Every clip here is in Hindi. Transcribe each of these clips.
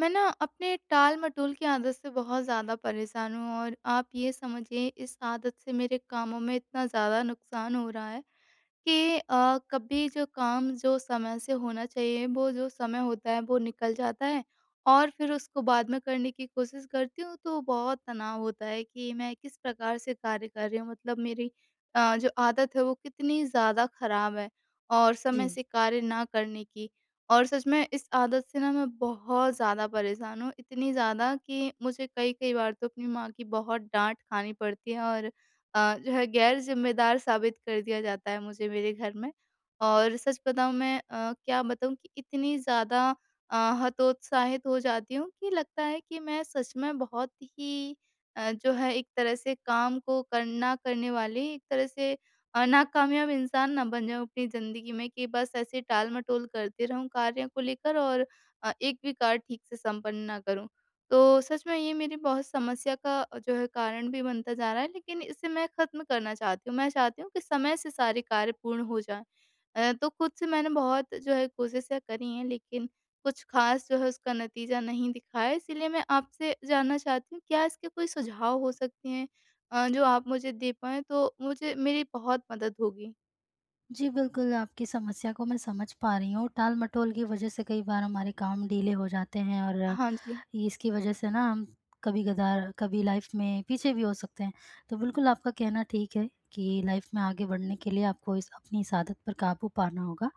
मैं ना अपने टाल-मटोल की आदत से बहुत ज़्यादा परेशान हूँ और आप ये समझिए इस आदत से मेरे कामों में इतना ज़्यादा नुकसान हो रहा है कि कभी जो काम जो समय से होना चाहिए वो जो समय होता है वो निकल जाता है। और फिर उसको बाद में करने की कोशिश करती हूँ तो बहुत तनाव होता है कि मैं किस प्रकार से कार्य कर रही हूँ, मतलब मेरी जो आदत है वो कितनी ज़्यादा खराब है और समय जी, से कार्य ना करने की। और सच में इस आदत से ना मैं बहुत ज़्यादा परेशान हूँ, इतनी ज़्यादा कि मुझे कई कई बार तो अपनी माँ की बहुत डांट खानी पड़ती है और जो है गैर ज़िम्मेदार साबित कर दिया जाता है मुझे मेरे घर में। और सच बताऊँ मैं क्या बताऊँ कि इतनी ज़्यादा अ, हतोत्साहित हो जाती हूँ कि लगता है कि मैं सच में बहुत ही जो है एक तरह से काम को कर ना करने वाली, एक तरह से नाकामयाब इंसान ना बन जाऊँ अपनी ज़िंदगी में, कि बस ऐसे टाल-मटोल करती रहूँ कार्य को लेकर और एक भी कार्य ठीक से संपन्न ना करूँ। तो सच में ये मेरी बहुत समस्या का जो है कारण भी बनता जा रहा है, लेकिन इसे मैं ख़त्म करना चाहती हूँ। मैं चाहती हूँ कि समय से सारे कार्य पूर्ण हो जाएँ। तो खुद से मैंने बहुत जो है कोशिशें करी हैं, लेकिन कुछ ख़ास जो है उसका नतीजा नहीं दिखा है। इसीलिए मैं आपसे जानना चाहती हूँ क्या इसके कोई सुझाव हो सकते हैं जो आप मुझे दे पाएँ तो मुझे मेरी बहुत मदद होगी? जी बिल्कुल, आपकी समस्या को मैं समझ पा रही हूँ, टाल-मटोल की वजह से कई बार हमारे काम डीले हो जाते हैं और हाँ जी। ये इसकी वजह से ना हम कभी गदार कभी लाइफ़ में पीछे भी हो सकते हैं। तो बिल्कुल आपका कहना ठीक है कि लाइफ़ में आगे बढ़ने के लिए आपको इस अपनी इस आदत पर काबू पाना होगा।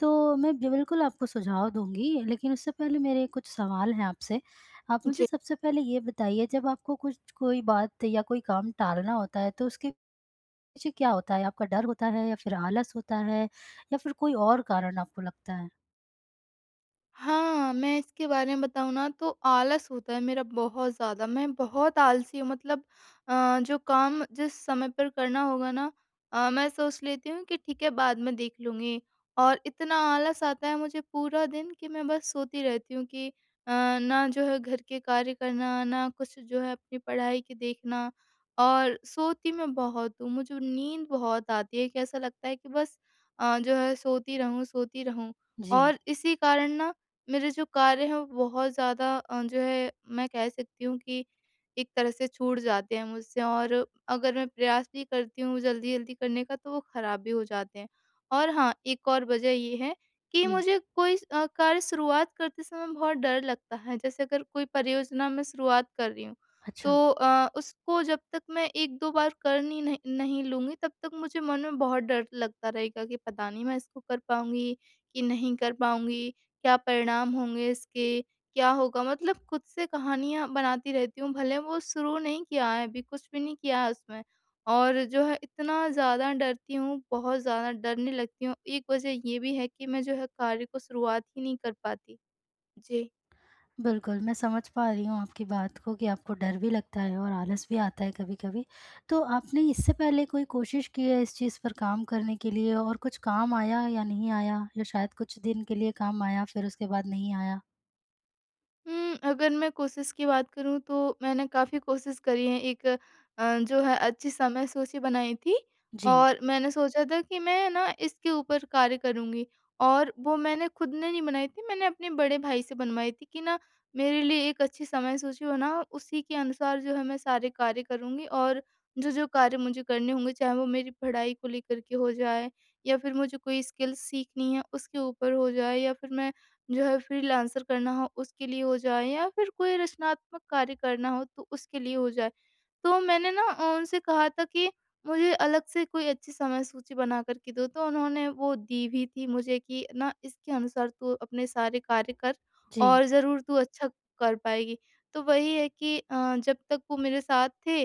तो मैं बि बिल्कुल आपको सुझाव दूँगी, लेकिन उससे पहले मेरे कुछ सवाल हैं आपसे। आप मुझे जी। सबसे पहले ये बताइए, जब आपको कुछ कोई बात या कोई काम टालना होता है तो उसके, जी, क्या होता है? आपका डर होता है या फिर आलस होता है या फिर कोई और कारण आपको लगता है? हाँ, मैं इसके बारे में बताऊँ ना तो आलस होता है मेरा बहुत ज़्यादा, मैं बहुत आलसी हूँ, मतलब जो काम जिस समय पर करना होगा ना मैं सोच लेती हूँ कि ठीक है बाद में देख लूँगी। और इतना आलस आता है मुझे पूरा दिन कि मैं बस सोती रहती हूँ कि अ, ना जो है घर के कार्य करना, ना कुछ जो है अपनी पढ़ाई के देखना। और सोती मैं बहुत हूँ, मुझे नींद बहुत आती है कि ऐसा लगता है कि बस जो है सोती रहूँ, सोती रहूँ। जी, और इसी कारण ना मेरे जो कार्य हैं वो बहुत ज़्यादा जो है मैं कह सकती हूँ कि एक तरह से छूट जाते हैं मुझसे और अगर मैं प्रयास भी करती हूँ जल्दी-जल्दी करने का तो वो खराब भी हो जाते हैं। और हाँ, एक और वजह ये है कि जी। मुझे कोई कार्य शुरुआत करते समय बहुत डर लगता है। जैसे अगर कोई परियोजना मैं शुरुआत कर रही हूँ, तो अच्छा, उसको जब तक मैं 1-2 बार कर नहीं नहीं नहीं लूँगी, तब तक मुझे मन में बहुत डर लगता रहेगा कि पता नहीं मैं इसको कर पाऊँगी कि नहीं कर पाऊँगी? क्या परिणाम होंगे इसके? क्या होगा? मतलब खुद से कहानियाँ बनाती रहती हूँ, भले वो शुरू नहीं किया है अभी, कुछ भी नहीं किया है उसमें। और जो है इतना ज़्यादा डरती हूँ, बहुत ज़्यादा डरने लगती हूँ। एक वजह ये भी है कि मैं जो है कार्य को शुरुआत ही नहीं कर पाती। जी। बिल्कुल, मैं समझ पा रही हूँ आपकी बात को कि आपको डर भी लगता है और आलस भी आता है कभी-कभी। तो आपने इससे पहले कोई कोशिश की है इस चीज़ पर काम करने के लिए और कुछ काम आया या नहीं आया, या शायद कुछ दिन के लिए काम आया फिर उसके बाद नहीं आया? हुँ, अगर मैं कोशिश की बात करूँ तो मैंने काफ़ी कोशिश करी है, एक जो है अच्छी समय सूची बनाई थी जी, और मैंने सोचा था कि मैं ना इसके ऊपर कार्य करूँगी। और वो मैंने खुद ने नहीं बनाई थी, मैंने अपने बड़े भाई से बनवाई थी कि ना मेरे लिए एक अच्छी समय सूची बनाओ, उसी के अनुसार जो है मैं सारे कार्य करूँगी। और जो-जो कार्य मुझे करने होंगे, चाहे वो मेरी पढ़ाई को लेकर के हो जाए या फिर मुझे कोई स्किल सीखनी है उसके ऊपर हो जाए या फिर मैं जो है फ्रीलांसर करना हो उसके लिए हो जाए या फिर कोई रचनात्मक कार्य करना हो तो उसके लिए हो जाए। तो मैंने ना उनसे कहा था कि मुझे अलग से कोई अच्छी समय सूची बना कर के दो, तो उन्होंने वो दी भी थी मुझे कि ना इसके अनुसार तू अपने सारे कार्य कर जी। और ज़रूर तू अच्छा कर पाएगी। तो वही है कि जब तक वो मेरे साथ थे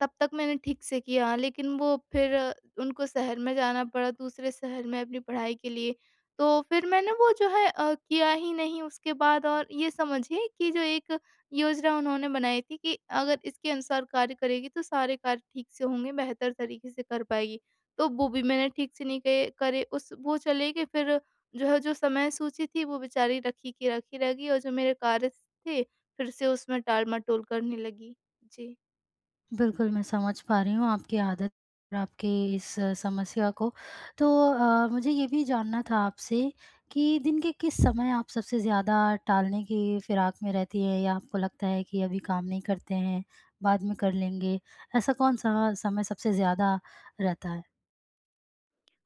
तब तक मैंने ठीक से किया, लेकिन वो फिर उनको शहर में जाना पड़ा, दूसरे शहर में अपनी पढ़ाई के लिए। तो फिर मैंने वो जो है किया ही नहीं उसके बाद, और ये समझिए कि जो एक योजना उन्होंने बनाई थी कि अगर इसके अनुसार कार्य करेगी तो सारे कार्य ठीक से होंगे, बेहतर तरीके से कर पाएगी। तो वो भी मैंने ठीक से नहीं के करे, उस वो चले गए फिर जो है जो समय सूची थी वो बेचारी रखी की रखी रह गई और जो मेरे कार्य थे फिर से उसमें टाल-मटोल करने लगी। जी। बिल्कुल, मैं समझ पा रही हूँ आपकी आदत और आपकी इस समस्या को। तो मुझे ये भी जानना था आपसे कि दिन के किस समय आप सबसे ज़्यादा टालने की फिराक में रहती हैं, या आपको लगता है कि अभी काम नहीं करते हैं, बाद में कर लेंगे? ऐसा कौन-सा समय सबसे ज़्यादा रहता है?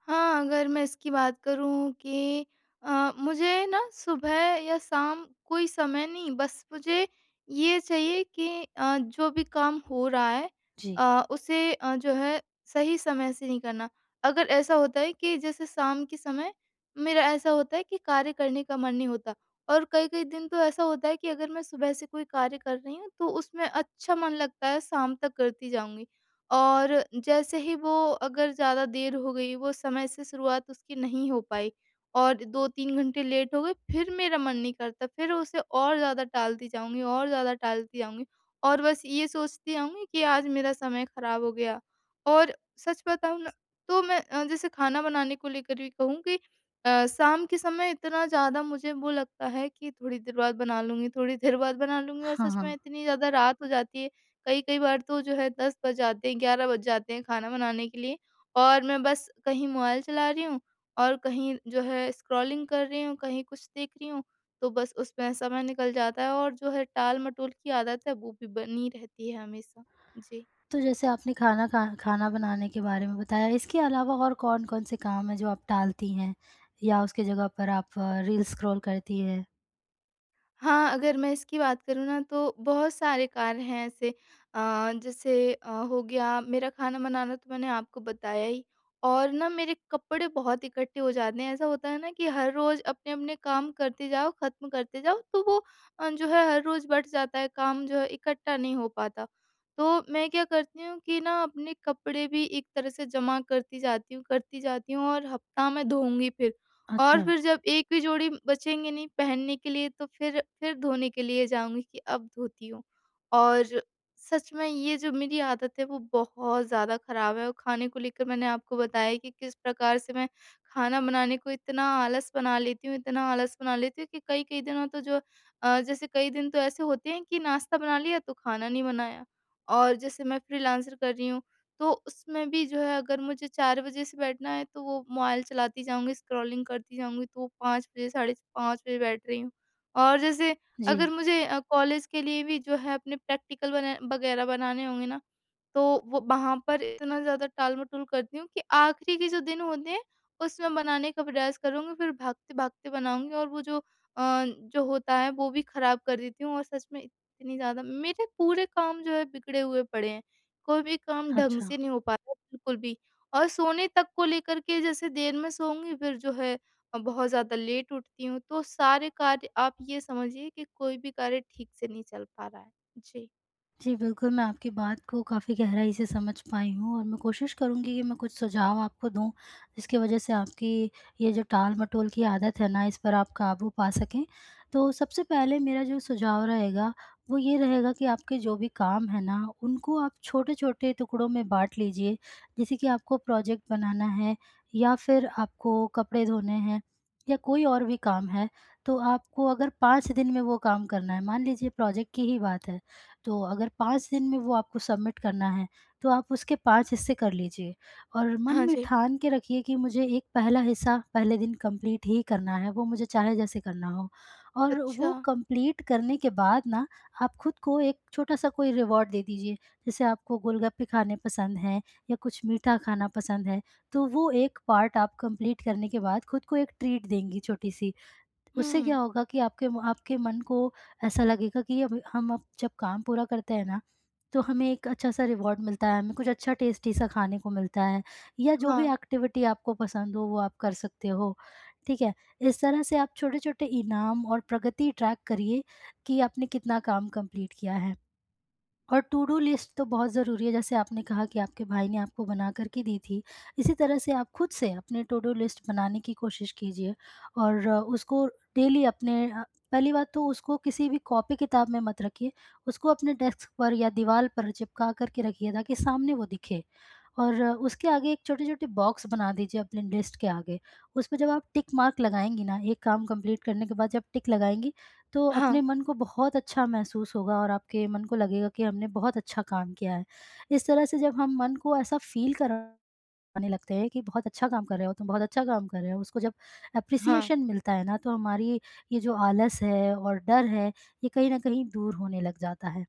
हाँ, अगर मैं इसकी बात करूँ कि मुझे ना सुबह या शाम कोई समय नहीं, बस मुझे ये चाहिए कि जो भी काम हो रहा है जी। उसे जो है सही समय से नहीं करना। अगर ऐसा होता है कि जैसे शाम के समय मेरा ऐसा होता है कि कार्य करने का मन नहीं होता और कई-कई दिन तो ऐसा होता है कि अगर मैं सुबह से कोई कार्य कर रही हूँ तो उसमें अच्छा मन लगता है, शाम तक करती जाऊँगी। और जैसे ही वो, अगर ज़्यादा देर हो गई, वो समय से शुरुआत उसकी नहीं हो पाई और 2-3 घंटे लेट हो गए, फिर मेरा मन नहीं करता, फिर उसे और ज़्यादा टालती जाऊँगी, और ज़्यादा टालती जाऊँगी और बस ये सोचती आऊँगी कि आज मेरा समय ख़राब हो गया। और सच बताऊँ ना, तो मैं जैसे खाना बनाने को लेकर भी कहूँ कि शाम के समय इतना ज़्यादा मुझे वो लगता है कि थोड़ी देर बाद बना लूँगी, थोड़ी देर बाद बना लूँगी और हाँ, सच में हाँ। इतनी ज़्यादा रात हो जाती है, कई-कई बार तो जो है 10 बज जाते हैं, 11 बज जाते हैं खाना बनाने के लिए। और मैं बस कहीं मोबाइल चला रही हूँ और कहीं जो है स्क्रॉलिंग कर रही हूँ, कहीं कुछ देख रही हूँ, तो बस उसमें समय निकल जाता है और जो है टाल-मटोल की आदत है वो भी बनी रहती है हमेशा। जी। तो जैसे आपने खाना बनाने के बारे में बताया, इसके अलावा और कौन-कौन से काम हैं जो आप टालती हैं या उसकी जगह पर आप रील स्क्रॉल करती हैं? हाँ, अगर मैं इसकी बात करूँ ना तो बहुत सारे कार्य हैं ऐसे जैसे हो गया मेरा खाना बनाना तो मैंने आपको बताया ही, और ना मेरे कपड़े बहुत इकट्ठे हो जाते हैं। ऐसा होता है ना कि हर रोज़ अपने-अपने काम करते जाओ, ख़त्म करते जाओ तो वो जो है हर रोज़ बढ़ जाता है काम, जो है इकट्ठा नहीं हो पाता। तो मैं क्या करती हूँ कि ना अपने कपड़े भी एक तरह से जमा करती जाती हूँ और हफ़्ता में धोऊँगी फिर। और अच्छा, फिर जब एक भी जोड़ी बचेंगे नहीं पहनने के लिए तो फिर धोने के लिए जाऊँगी कि अब धोती हूँ। और सच में ये जो मेरी आदत है वो बहुत ज़्यादा ख़राब है, और खाने को लेकर मैंने आपको बताया कि किस प्रकार से मैं खाना बनाने को इतना आलस बना लेती हूँ, इतना आलस बना लेती हूँ कि कई-कई दिनों तो जो जैसे कई दिन तो ऐसे होते हैं कि नाश्ता बना लिया तो खाना नहीं बनाया। और जैसे मैं फ्रीलांसर कर रही हूँ तो उसमें भी जो है अगर मुझे 4 बजे से बैठना है तो वो मोबाइल चलाती जाऊँगी, स्क्रॉलिंग करती जाऊँगी तो 5 बजे, साढ़े 5 बजे बैठ रही हूँ। और जैसे जी। अगर मुझे कॉलेज के लिए भी जो है अपने प्रैक्टिकल बना वगैरह बनाने होंगे ना, तो वो वहाँ पर इतना ज़्यादा टाल-मटोल करती हूँ कि आखिरी के जो दिन होते हैं, उसमें बनाने का प्रयास करूँगी, फिर भागते-भागते बनाऊँगी और वो जो अ, जो होता है वो भी खराब कर देती हूँ, और सच में इतनी ज़्यादा मेरे पूरे काम जो है बिगड़े हुए पड़े हैं। कोई भी काम ढंग अच्छा। से नहीं हो पा रहा है बिल्कुल भी। और सोने तक को लेकर के जैसे देर में सोऊँगी, फिर जो है बहुत ज़्यादा लेट उठती हूँ, तो सारे कार्य आप ये समझिए कि कोई भी कार्य ठीक से नहीं चल पा रहा है। जी। जी, बिल्कुल, मैं आपकी बात को काफ़ी गहराई से समझ पाई हूँ और मैं कोशिश करूँगी कि मैं कुछ सुझाव आपको दूँ, जिसकी वज़ह से आपकी ये जो टाल-मटोल की आदत है ना, इस पर आप काबू पा सकें। तो सबसे पहले मेरा जो सुझाव रहेगा, वो ये रहेगा कि आपके जो भी काम हैं ना, उनको आप छोटे-छोटे टुकड़ों में बाँट लीजिए। जैसे कि आपको प्रोजेक्ट बनाना है, या फिर आपको कपड़े धोने हैं, या कोई और भी काम है, तो आपको अगर 5 दिन में वो काम करना है, मान लीजिए प्रोजेक्ट की ही बात है, तो अगर 5 दिन में वो आपको सबमिट करना है, तो आप उसके 5 हिस्से कर लीजिए और मन हाँ में जी। ठान के रखिए कि मुझे एक पहला हिस्सा पहले दिन कंप्लीट ही करना है, वो मुझे चाहे जैसे करना हो। और अच्छा। वो कंप्लीट करने के बाद ना आप खुद को एक छोटा-सा कोई रिवॉर्ड दे दीजिए। जैसे आपको गोलगप्पे खाने पसंद हैं या कुछ मीठा खाना पसंद है, तो वो एक पार्ट आप कंप्लीट करने के बाद खुद को एक ट्रीट देंगी छोटी-सी। उससे हुँ। क्या होगा कि आपके मन को ऐसा लगेगा कि अब हम, अब जब काम पूरा करते हैं ना, तो हमें एक अच्छा-सा रिवॉर्ड मिलता है, हमें कुछ अच्छा टेस्टी-सा खाने को मिलता है, या जो भी हाँ। एक्टिविटी आपको पसंद हो वो आप कर सकते हो, ठीक है? इस तरह से आप छोटे-छोटे इनाम और प्रगति ट्रैक करिए कि आपने कितना काम कंप्लीट किया है। और टू डू लिस्ट तो बहुत ज़रूरी है, जैसे आपने कहा कि आपके भाई ने आपको बना कर के दी थी। इसी तरह से आप खुद से अपने टू डू लिस्ट बनाने की कोशिश कीजिए और उसको डेली अपने पहली बात तो उसको किसी भी कॉपी-किताब में मत रखिए, उसको अपने डेस्क पर या दीवार पर चिपका कर के रखिए ताकि सामने वो दिखे। और उसके आगे एक छोटे-छोटे बॉक्स बना दीजिए अपने लिस्ट के आगे। उस पे जब आप टिक मार्क लगाएँगी ना, एक काम कंप्लीट करने के बाद जब टिक लगाएँगी तो हाँ। अपने मन को बहुत अच्छा महसूस होगा और आपके मन को लगेगा कि हमने बहुत अच्छा काम किया है। इस तरह से जब हम मन को ऐसा फ़ील कराने लगते हैं कि बहुत अच्छा काम कर रहे हो तुम, बहुत अच्छा काम कर रहे हो, उसको जब हाँ। एप्रिसिएशन मिलता है ना, तो हमारी ये जो आलस है और डर है, ये कहीं न कहीं दूर होने लग जाता है।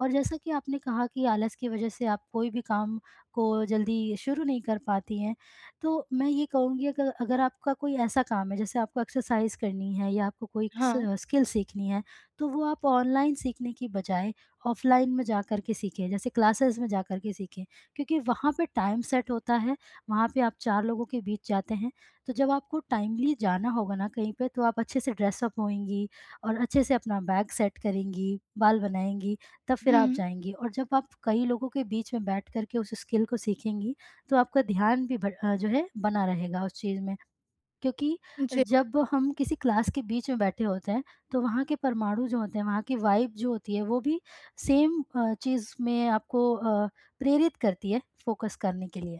और जैसा कि आपने कहा कि आलस की वजह से आप कोई भी काम को जल्दी शुरू नहीं कर पाती हैं, तो मैं ये कहूँगी, अगर अगर आपका कोई ऐसा काम है, जैसे आपको एक्सरसाइज करनी है या आपको कोई हाँ। स स्किल सीखनी है, तो वो आप ऑनलाइन सीखने की बजाय ऑफ़लाइन में जाकर के सीखें, जैसे क्लासेस में जाकर के सीखें। क्योंकि वहाँ पे टाइम सेट होता है, वहाँ पे आप 4 लोगों के बीच जाते हैं, तो जब आपको टाइमली जाना होगा ना कहीं पे, तो आप अच्छे से ड्रेस अप होएँगी और अच्छे से अपना बैग सेट करेंगी, बाल बनाएँगी, तब फिर आप हुँ। जाएँगी। और जब आप कई लोगों के बीच में बैठ कर के उस स्किल को सीखेंगी, तो आपका ध्यान भी जो है बना रहेगा उस चीज़ में। क्योंकि जी। जब हम किसी क्लास के बीच में बैठे होते हैं, तो वहाँ के परमाणु जो होते हैं, वहाँ की वाइब जो होती है, वो भी सेम चीज़ में आपको प्रेरित करती है फ़ोकस करने के लिए।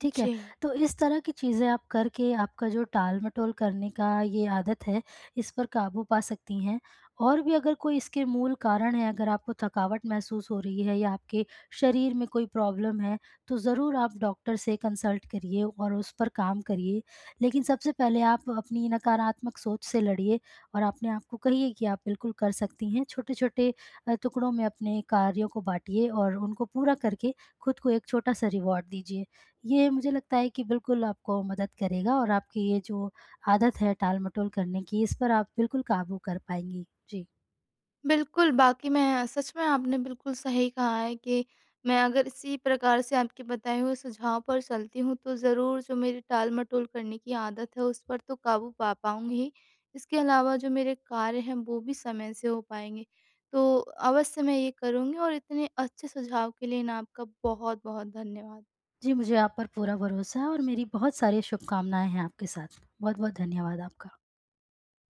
ठीक है, जी। तो इस तरह की चीज़ें आप करके आपका जो टाल-मटोल करने का ये आदत है, इस पर काबू पा सकती हैं। और भी अगर कोई इसके मूल कारण है, अगर आपको थकावट महसूस हो रही है या आपके शरीर में कोई प्रॉब्लम है, तो ज़रूर आप डॉक्टर से कंसल्ट करिए और उस पर काम करिए। लेकिन सबसे पहले आप अपनी नकारात्मक सोच से लड़िए और अपने आप को कहिए कि आप बिल्कुल कर सकती हैं। छोटे-छोटे टुकड़ों में अपने कार्यों को बाँटिए और उनको पूरा करके खुद को एक छोटा-सा रिवॉर्ड दीजिए। ये मुझे लगता है कि बिल्कुल आपको मदद करेगा और आपकी ये जो आदत है टाल-मटोल करने की, इस पर आप बिल्कुल काबू कर पाएँगी। जी। बिल्कुल, बाकी मैं सच में, आपने बिल्कुल सही कहा है कि मैं अगर इसी प्रकार से आपके बताए हुए सुझाव पर चलती हूँ, तो ज़रूर जो मेरी टाल-मटोल करने की आदत है, उस पर तो काबू पा पाऊँगी ही। इसके अलावा जो मेरे कार्य हैं, वो भी समय से हो पाएँगे। तो अवश्य मैं ये करूँगी, और इतने अच्छे सुझाव के लिए ना आपका बहुत-बहुत धन्यवाद। जी, मुझे आप पर पूरा भरोसा है और मेरी बहुत सारी शुभकामनाएँ हैं आपके साथ। बहुत-बहुत धन्यवाद आपका।